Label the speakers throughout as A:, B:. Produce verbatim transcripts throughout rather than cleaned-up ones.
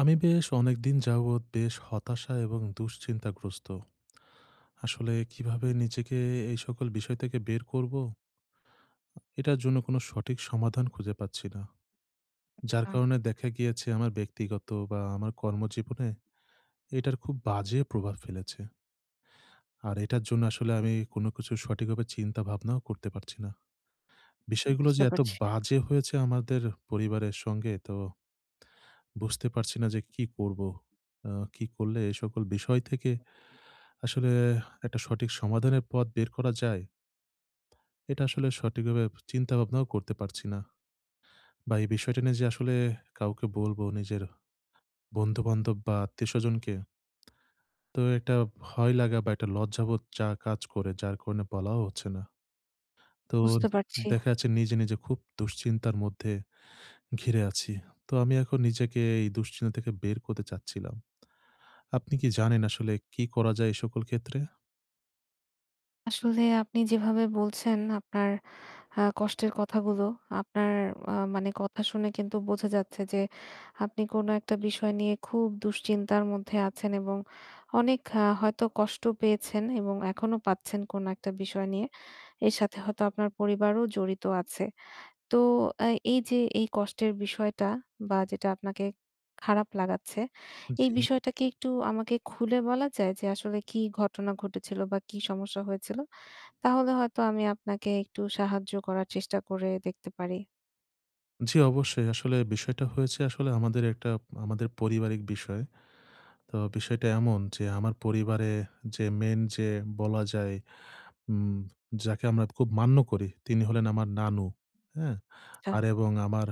A: আমি বেশ অনেকদিন যাবৎ বেশ হতাশা এবং দুশ্চিন্তাগ্রস্ত। আসলে কিভাবে নিজেকে এই সকল বিষয় থেকে বের করব, এটার জন্য কোনো সঠিক সমাধান খুঁজে পাচ্ছি না। যার
B: আ
A: কারণে দেখা গিয়েছে আমার ব্যক্তিগত বা আমার কর্মজীবনে এটার খুব বাজে প্রভাব ফেলেছে। আর এটার জন্য আসলে আমি কোনো কিছু সঠিকভাবে চিন্তা ভাবনাও করতে পারছি না। বিষয়গুলো
B: বুঝতে
A: যে এত
B: পারছি,
A: বাজে হয়েছে আমাদের পরিবারের সঙ্গে তো বুঝতে পারছি না যে কি করব? আ কি করলে এই সকল বিষয় থেকে আসলে একটা সঠিক সমাধানের পথ বের করা যায়, এটা আসলে সঠিকভাবে চিন্তা ভাবনাও করতে পারছি না। বা এই বিষয়টা নিয়ে যে আসলে কাউকে বলবো নিজের বন্ধু-বান্ধব বা আত্মীয়স্বজনকে, তো একটা ভয় লাগা বা একটা লজ্জাবোধ যা কাজ করে যার কারণে বলাও হচ্ছে না। তো
B: বুঝতে পারছি।
A: দেখা যাচ্ছে নিজে, নিজে খুব দুশ্চিন্তার মধ্যে ঘিরে আছি। তো আমি এখন নিজেকে এই দুশ্চিন্তা থেকে বের করতে চাচ্ছিলাম। আপনি কি জানেন আসলে কি করা যায় এই সকল ক্ষেত্রে?
B: আসলে আপনি যেভাবে বলছেন আপনার আ কষ্টের কথাগুলো, আপনার আ মানে কথা শুনে কিন্তু বোঝা যাচ্ছে যে আপনি কোনো একটা বিষয় নিয়ে খুব দুশ্চিন্তার মধ্যে আছেন এবং অনেক আ হয়তো কষ্ট পেয়েছেন এবং এখনো পাচ্ছেন কোনো একটা বিষয় নিয়ে। এর সাথে হয়তো আপনার পরিবারও জড়িত আছে। তো আ এই যে এই কষ্টের বিষয়টা বা যেটা আপনাকে খারাপ লাগাচ্ছে, এই
A: জি।
B: বিষয়টা কি একটু আমাকে খুলে বলা যায় যে আসলে কি ঘটনা ঘটেছিল বা কি সমস্যা হয়েছিল? তাহলে হয়তো আমি আপনাকে একটু সাহায্য করার চেষ্টা করে দেখতে পারি।
A: জি, অবশ্যই। আসলে বিষয়টা হয়েছে আসলে আমাদের একটা আমাদের পারিবারিক বিষয়। তো বিষয়টা এমন যে আমার পরিবারে যে মেইন যে বলা যায় উম যাকে আমরা খুব মান্য করি তিনি হলেন আমার নানু, হ্যাঁ?
B: আচ্ছা,
A: আর এবং আমার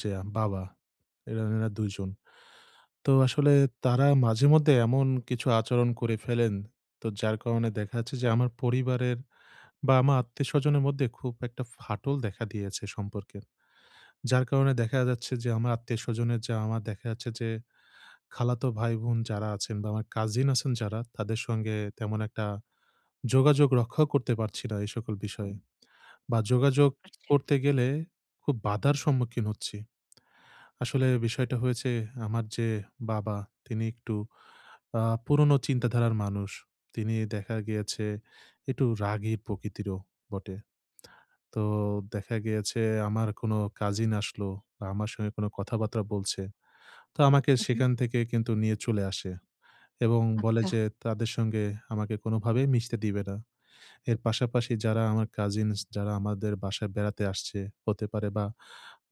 A: যে বাবা, এরা এনারা দুই জন। তো আসলে তারা মাঝেমধ্যে এমন কিছু আচরণ করে ফেলেন, তো যার কারণে দেখা যাচ্ছে যে আমার পরিবারের বা আমার আত্মীয়স্বজনের মধ্যে খুব একটা ফাটল দেখা দিয়েছে সম্পর্কের। যার কারণে দেখা যাচ্ছে যে আমার আত্মীয়স্বজনের যা আমার দেখা যাচ্ছে যে খালাতো ভাই-বোন যারা আছেন বা আমার কাজিন আছেন যারা, তাদের সঙ্গে তেমন একটা যোগাযোগ রক্ষাও করতে পারছি না এই সকল বিষয়ে। বা যোগাযোগ
B: বুঝতে পারছি।
A: করতে গেলে খুব বাধার সম্মুখীন হচ্ছি। আসলে বিষয়টা হয়েছে আমার যে বাবা, তিনি একটু আ পুরনো চিন্তাধারার মানুষ। তিনি দেখা গিয়েছে একটু রাগী প্রকৃতিরও বটে। তো দেখা গিয়েছে আমার কোনো কাজিন আসলো বা আমার সঙ্গে কোনো কথাবার্তা বলছে। তো আমাকে
B: উহু,
A: সেখান থেকে কিন্তু নিয়ে চলে আসে এবং বলে
B: আচ্ছা।
A: যে তাদের সঙ্গে আমাকে কোনোভাবেই মিশতে দিবে না। এর পাশাপাশি যারা আমার কাজিনস যারা আমাদের বাসায় বেড়াতে আসছে হতে পারে, বা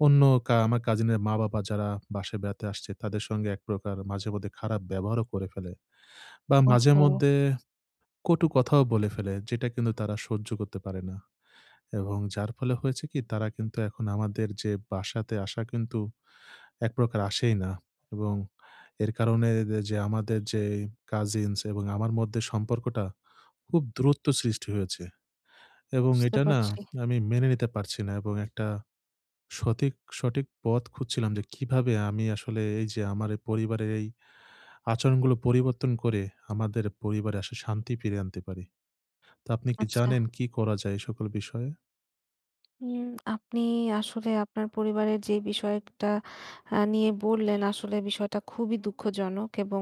A: অন্য কা আমার কাজিনের মা-বাবা যারা বাসায় বেড়াতে আসছে তাদের সঙ্গে এক প্রকার মাঝেমধ্যে খারাপ ব্যবহারও করে ফেলে বা
B: ওহো!
A: মাঝেমধ্যে কটু কথাও বলে ফেলে, যেটা কিন্তু তারা সহ্য করতে পারে না। এবং যার ফলে হয়েছে কি, তারা কিন্তু এখন আমাদের যে বাসাতে আসা, কিন্তু এক প্রকার আসেই না। এবং এর কারণে দে যে আমাদের যে কাজিনস এবং আমার মধ্যে সম্পর্কটা খুব দূরত্ব সৃষ্টি হয়েছে, এবং
B: বুঝতে
A: এটা না
B: পারছি।
A: আমি মেনে নিতে পারছি না। এবং একটা সঠিক সঠিক পথ খুঁজছিলাম যে কিভাবে আমি আসলে এই যে আমার এই পরিবারের এই আচরণগুলো পরিবর্তন করে আমাদের পরিবারে আসলে শান্তি ফিরিয়ে আনতে পারি। তো আপনি কি
B: আচ্ছা।
A: জানেন কি করা যায় এই সকল বিষয়ে?
B: হুম, আপনি আসলে আপনার পরিবারের যে বিষয়টা আ নিয়ে বললেন, আসলে বিষয়টা খুবই দুঃখজনক এবং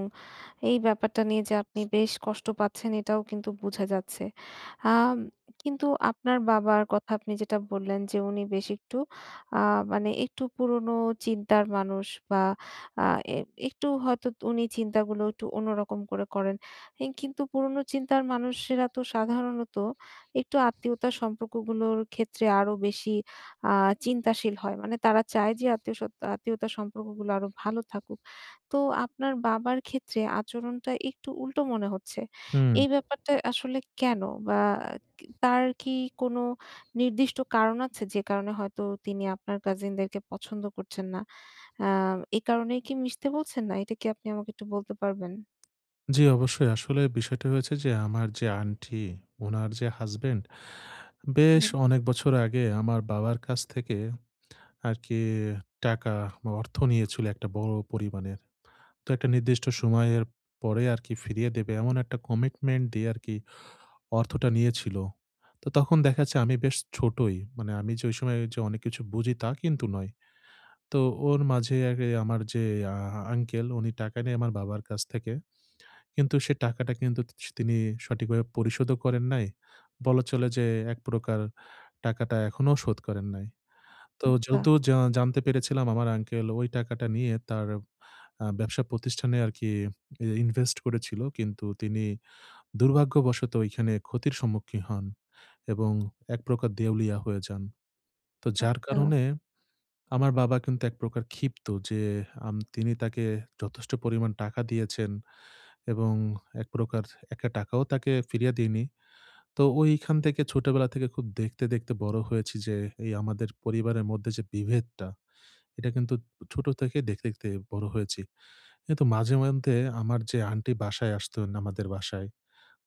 B: এই ব্যাপারটা নিয়ে যে আপনি বেশ কষ্ট পাচ্ছেন এটাও কিন্তু বোঝা যাচ্ছে। আম কিন্তু আপনার বাবার কথা আপনি যেটা বললেন যে উনি বেশ একটু আ মানে একটু পুরনো চিন্তার মানুষ বা আ এ একটু হয়তো উনি চিন্তাগুলো একটু অন্যরকম করে করেন। এ কিন্তু পুরনো চিন্তার মানুষেরা তো সাধারণত একটু আত্মীয়তার সম্পর্কগুলোর ক্ষেত্রে আরো বেশি আ চিন্তাশীল হয়। মানে তারা চায় যে আত্মীয় সত আত্মীয়তার সম্পর্কগুলো আরো ভালো থাকুক। তো আপনার বাবার ক্ষেত্রে আচরণটা একটু উল্টো মনে হচ্ছে।
A: হুম।
B: এই ব্যাপারটা আসলে কেন? বা কি তার কি কোনো নির্দিষ্ট কারণ আছে? যে কারণে হয়তো তিনি আপনার কাজিনদেরকে পছন্দ করছেন না। আ এ কারণেই কি মিশতে বলছেন না? এটা কি আপনি আমাকে একটু বলতে পারবেন?
A: জি, অবশ্যই। আসলে বিষয়টা হয়েছে যে আমার যে আন্টি, উনার যে হাসব্যান্ড, বেশ
B: হুম,
A: অনেক বছর আগে আমার বাবার কাছ থেকে আরকি টাকা বা অর্থ নিয়েছিল একটা বড় পরিমাণের। তো একটা নির্দিষ্ট সময়ের পরে আরকি ফিরিয়ে দেবে এমন একটা কমিটমেন্ট দিয়ে আরকি অর্থটা নিয়েছিল। তো তখন দেখা যাচ্ছে আমি বেশ ছোটই। মানে আমি যে ওই সময় যে অনেক কিছু বুঝি তা কিন্তু নয়। তো ওর মাঝে আগে আমার যে আ আঙ্কেল উনি টাকা নেয় আমার বাবার কাছ থেকে। কিন্তু সে টাকাটা কিন্তু স তিনি সঠিকভাবে পরিশোধও করেন নাই। বলা চলে যে এক প্রকার টাকাটা এখনো শোধ করেন নাই। তো
B: আচ্ছা,
A: যতদূর জা জানতে পেরেছিলাম আমার আঙ্কেল ওই টাকাটা নিয়ে তার আ ব্যবসা প্রতিষ্ঠানে আরকি এ ইনভেস্ট করেছিল। কিন্তু তিনি দুর্ভাগ্যবশত ওইখানে ক্ষতির সম্মুখীন হন, এবং এক প্রকার দেউলিয়া হয়ে যান। তো যার
B: আচ্ছা।
A: কারণে আমার বাবা কিন্তু এক প্রকার ক্ষিপ্ত যে আম তিনি তাকে যথেষ্ট পরিমাণ টাকা দিয়েছেন। এবং এক প্রকার একটা টাকাও তাকে ফিরিয়ে দিইনি। তো ওইখান থেকে ছোটবেলা থেকে খুব দেখতে, দেখতে বড় হয়েছি যে এই আমাদের পরিবারের মধ্যে যে বিভেদটা, এটা কিন্তু ছোট থেকে দেখতে, দেখতে বড় হয়েছি। কিন্তু মাঝে মধ্যে আমার যে আন্টি বাসায় আসতেন আমাদের বাসায়,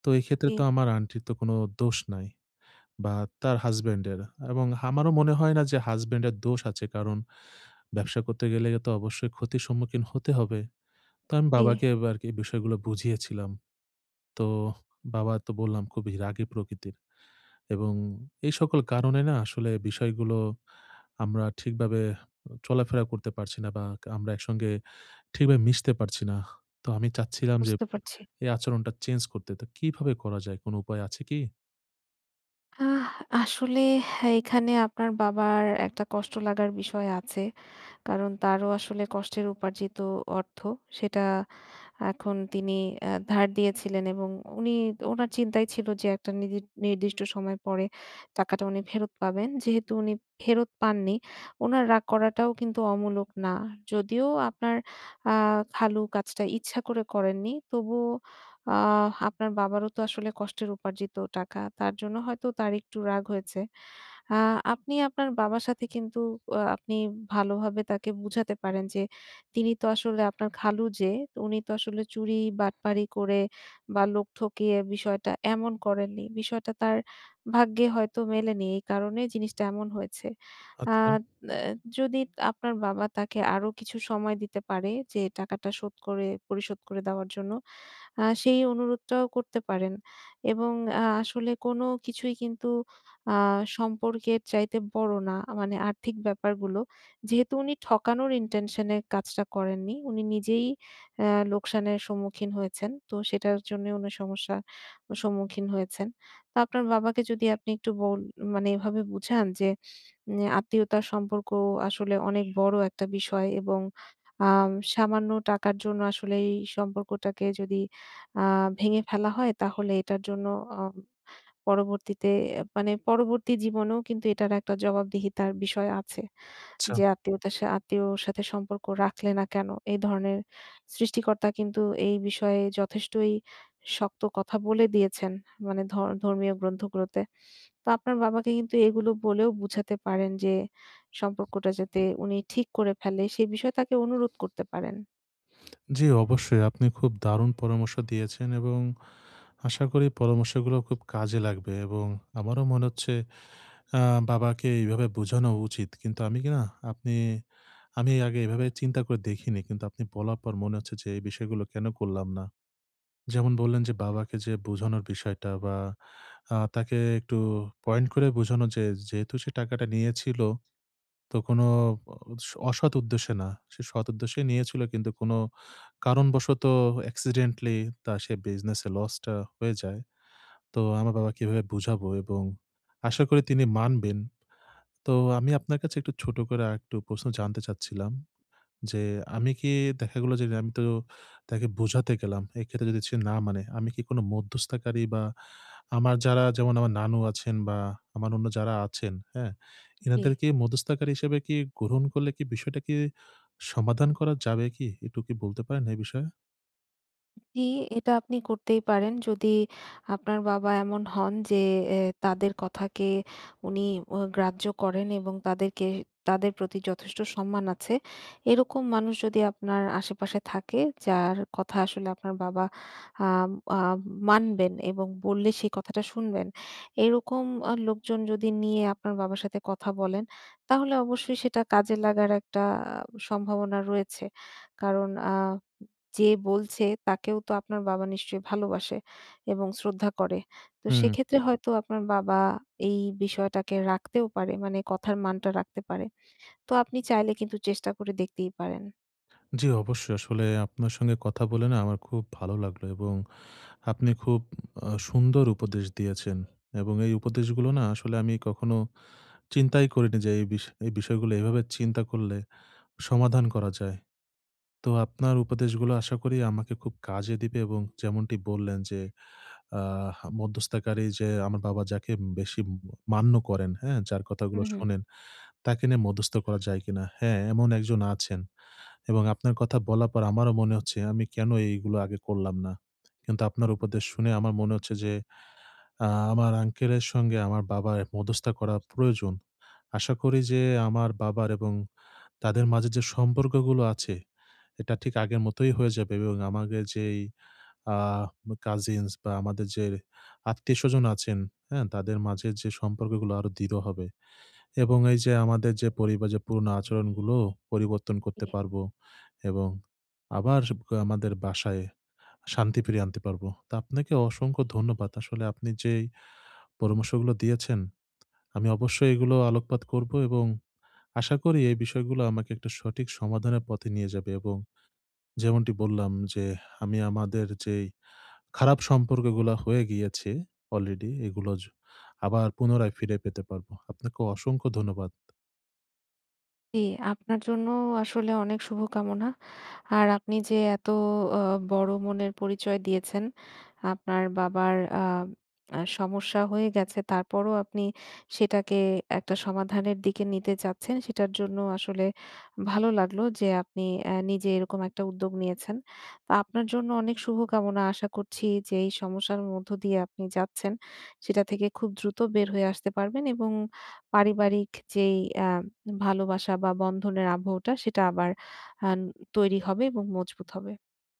A: তো এক্ষেত্রে
B: জি,
A: তো আমার আন্টির তো কোনো দোষ নাই, বা তার হাসব্যান্ডের, এবং আমারও মনে হয় না যে হাসব্যান্ডের দোষ আছে। কারণ ব্যবসা করতে গেলে তো অবশ্যই ক্ষতির সম্মুখীন হতে হবে। তো আমি
B: জি
A: বাবাকে আরকি বিষয়গুলো বুঝিয়েছিলাম। তো বাবা তো বললাম খুবই রাগী প্রকৃতির, এবং এই সকল কারণে না আসলে বিষয়গুলো আমরা ঠিকভাবে চলাফেরা করতে পারছি না, বা আমরা একসঙ্গে ঠিকভাবে মিশতে পারছি না। তো আমি চাচ্ছিলাম যে
B: বুঝতে পারছি।
A: এই আচরণটা চেঞ্জ করতে। তো কিভাবে করা যায়? কোন উপায় আছে কি?
B: আহ আসলে এখানে আপনার বাবার একটা কষ্ট লাগার বিষয় আছে। কারণ তারও আসলে কষ্টের উপার্জিত অর্থ সেটা এখন তিনি আ ধার দিয়েছিলেন এবং উনি উনার চিন্তাই ছিল যে একটা নিদি নির্দিষ্ট সময় পরে টাকাটা উনি ফেরত পাবেন। যেহেতু উনি ফেরত পাননি, উনার রাগ করাটাও কিন্তু অমূলক না। যদিও আপনার আ খালু কাজটা ইচ্ছা করে করেননি, তবুও আ আপনার বাবারও তো আসলে কষ্টের উপার্জিত টাকা। তার জন্য হয়তো তার একটু রাগ হয়েছে। আ আপনি আপনার বাবার সাথে কিন্তু আ আপনি ভালোভাবে তাকে বুঝাতে পারেন যে, তিনি তো আসলে আপনার খালু যে, উনি তো আসলে চুরি বাটপারি করে বা লোক ঠকিয়ে বিষয়টা এমন করেননি। বিষয়টা তার ভাগ্যে হয়তো মেলেনি। এই কারণে জিনিসটা এমন হয়েছে। আ
A: আচ্ছা,
B: এ যদি আপনার বাবা তাকে আরো কিছু সময় দিতে পারে যে, টাকাটা শোধ করে পরিশোধ করে দেওয়ার জন্য আ সেই অনুরোধটাও করতে পারেন এবং আ আসলে কোনো কিছুই কিন্তু আ সম্পর্কের চাইতে বড় না। মানে আর্থিক ব্যাপারগুলো। যেহেতু উনি ঠকানোর ইনটেনশন এ কাজটা করেননি। উনি নিজেই আ লোকসানের সম্মুখীন হয়েছেন। তো সেটার জন্য উনি সমস্যার সম্মুখীন হয়েছেন। তো আপনার বাবাকে যদি আপনি একটু বল মানে এভাবে বুঝান যে উম আত্মীয়তার সম্পর্ক আসলে অনেক বড় একটা বিষয় এবং আম সামান্য টাকার জন্য আসলে এই সম্পর্কটাকে যদি আ ভেঙে ফেলা হয় তাহলে এটার জন্য আম পরবর্তীতে মানে পরবর্তী জীবনেও কিন্তু এটার একটা জবাবদিহিতার বিষয় আছে।
A: আচ্ছা।
B: যে আত্মীয়তার সা আত্মীয়র সাথে সম্পর্ক রাখলে না কেন? এই ধরনের সৃষ্টিকর্তা কিন্তু এই বিষয়ে যথেষ্টই শক্ত কথা বলে দিয়েছেন। মানে ধর ধর্মীয় গ্রন্থগুলোতে। তো আপনার বাবাকে কিন্তু এগুলো বলেও বুঝাতে পারেন যে সম্পর্কটা যাতে উনি ঠিক করে ফেলে সে বিষয়ে তাকে অনুরোধ করতে পারেন।
A: জি, অবশ্যই। আপনি খুব দারুণ পরামর্শ দিয়েছেন, এবং আশা করি পরামর্শগুলো খুব কাজে লাগবে। এবং আমারও মনে হচ্ছে আ বাবাকে এইভাবে বোঝানো উচিত। কিন্তু আমি কি না, আপনি, আমি আগে এভাবে চিন্তা করে দেখিনি। কিন্তু আপনি বলার পর মনে হচ্ছে যে এই বিষয়গুলো কেন করলাম না? যেমন বললেন যে বাবাকে যে বোঝানোর বিষয়টা, বা আ তাকে একটু পয়েন্ট করে বোঝানো যে যেহেতু সে টাকাটা নিয়েছিল, তো কোনো স অসৎ উদ্দেশ্যে না। সে সৎ উদ্দেশ্যে নিয়েছিল, কিন্তু কোনো কারণবশত accidentally তার সে বিজনেসে লসটা হয়ে যায়। তো আমার বাবাকে এভাবে বুঝাবো এবং আশা করি তিনি মানবেন। তো আমি আপনার কাছে একটু ছোট করে আরেকটু প্রশ্ন জানতে চাচ্ছিলাম। যে আমি কি, দেখা গেল যে আমি তো তাকে বোঝাতে গেলাম। এক্ষেত্রে যদি সে না মানে, আমি কি কোনো মধ্যস্থতাকারী, বা আমার যারা যেমন আমার নানু আছেন বা আমার অন্য যারা আছেন, হ্যাঁ?
B: জি।
A: এনাদেরকে মধ্যস্থতাকারী হিসেবে কি গ্রহণ করলে কি বিষয়টা কি সমাধান করা যাবে কি? একটু কি বলতে পারেন এই বিষয়ে?
B: জি, এটা আপনি করতেই পারেন। যদি আপনার বাবা এমন হন যে এ তাদের কথাকে উনি অ গ্রাহ্য করেন এবং তাদেরকে তাদের প্রতি যথেষ্ট সম্মান আছে। এরকম মানুষ যদি আপনার আশেপাশে থাকে যার কথা আসলে আপনার বাবা আম আ মানবেন এবং বললে সেই কথাটা শুনবেন। এরকম আ লোকজন যদি নিয়ে আপনার বাবার সাথে কথা বলেন, তাহলে অবশ্যই সেটা কাজে লাগার একটা আহ, সম্ভাবনা রয়েছে। কারণ আ যে বলছে তাকেও তো আপনার বাবা নিশ্চয়ই ভালোবাসে এবং শ্রদ্ধা করে। তো সেক্ষেত্রে হয়তো আপনার বাবা এই বিষয়টাকে রাখতেও পারে। মানে কথার মানটা রাখতে পারে। তো আপনি চাইলে কিন্তু চেষ্টা করে দেখতেই পারেন।
A: জি, অবশ্যই। আসলে আপনার সঙ্গে কথা বলে না আমার খুব ভালো লাগলো। এবং আপনি খুব আ সুন্দর উপদেশ দিয়েছেন, এবং এই উপদেশগুলো না আসলে আমি কখনো চিন্তাই করিনি যে এই বিষ এই বিষয়গুলো এভাবে চিন্তা করলে সমাধান করা যায়। তো আপনার উপদেশগুলো আশা করি আমাকে খুব কাজে দিবে। এবং যেমনটি বললেন যে আহ মধ্যস্থতাকারী, যে আমার বাবা যাকে বেশি মান্য করেন, হ্যাঁ? যার
B: হু,
A: কথাগুলো
B: হু।
A: শোনেন তাকে নিয়ে মধ্যস্থ করা যায় কিনা? হ্যাঁ, এমন একজন আছেন। এবং আপনার কথা বলার পর আমারও মনে হচ্ছে আমি কেন এইগুলো আগে করলাম না। কিন্তু আপনার উপদেশ শুনে আমার মনে হচ্ছে যে আ আমার আঙ্কেলের সঙ্গে আমার বাবার মধ্যস্থতা করা প্রয়োজন। আশা করি যে আমার বাবার এবং তাদের মাঝে যে সম্পর্কগুলো আছে এটা ঠিক আগের মতোই হয়ে যাবে। এবং আমাদের যেই আ কাজিনস বা আমাদের যে আত্মীয়স্বজন আছেন, হ্যাঁ? তাদের মাঝে যে সম্পর্কগুলো আরো দৃঢ় হবে। এবং এই যে আমাদের যে পরিবার যে পুরনো আচরণগুলো পরিবর্তন করতে পারবো, এবং আবার স আমাদের বাসায় শান্তি ফিরিয়ে আনতে পারবো। তো আপনাকে অসংখ্য ধন্যবাদ। আসলে আপনি যেই পরামর্শগুলো দিয়েছেন, আমি অবশ্যই এগুলো আলোকপাত করবো, এবং আশা করি এই বিষয়গুলো আমাকে একটা সঠিক সমাধানের পথে নিয়ে যাবে। এবং যেমনটি বললাম যে আমি আমাদের যেই খারাপ সম্পর্কগুলা হয়ে গিয়েছে অলরেডি, এগুলো জ আবার পুনরায় ফিরে পেতে পারবো। আপনাকে অসংখ্য ধন্যবাদ।
B: জি, আপনার জন্য আসলে অনেক শুভকামনা। আর আপনি যে এত আ বড় মনের পরিচয় দিয়েছেন, আপনার বাবার আ আ সমস্যা হয়ে গেছে। তারপরও আপনি সেটাকে একটা সমাধানের দিকে নিতে চাচ্ছেন। সেটার জন্য আসলে ভালো লাগলো যে আপনি অ্যা নিজে এরকম একটা উদ্যোগ নিয়েছেন। তো আপনার জন্য অনেক শুভকামনা। আশা করছি যে এই সমস্যার মধ্য দিয়ে আপনি যাচ্ছেন, সেটা থেকে খুব দ্রুত বের হয়ে আসতে পারবেন এবং পারিবারিক যেই অ্যা ভালোবাসা বা বন্ধনের আবহটা সেটা আবার আন তৈরি হবে এবং মজবুত হবে।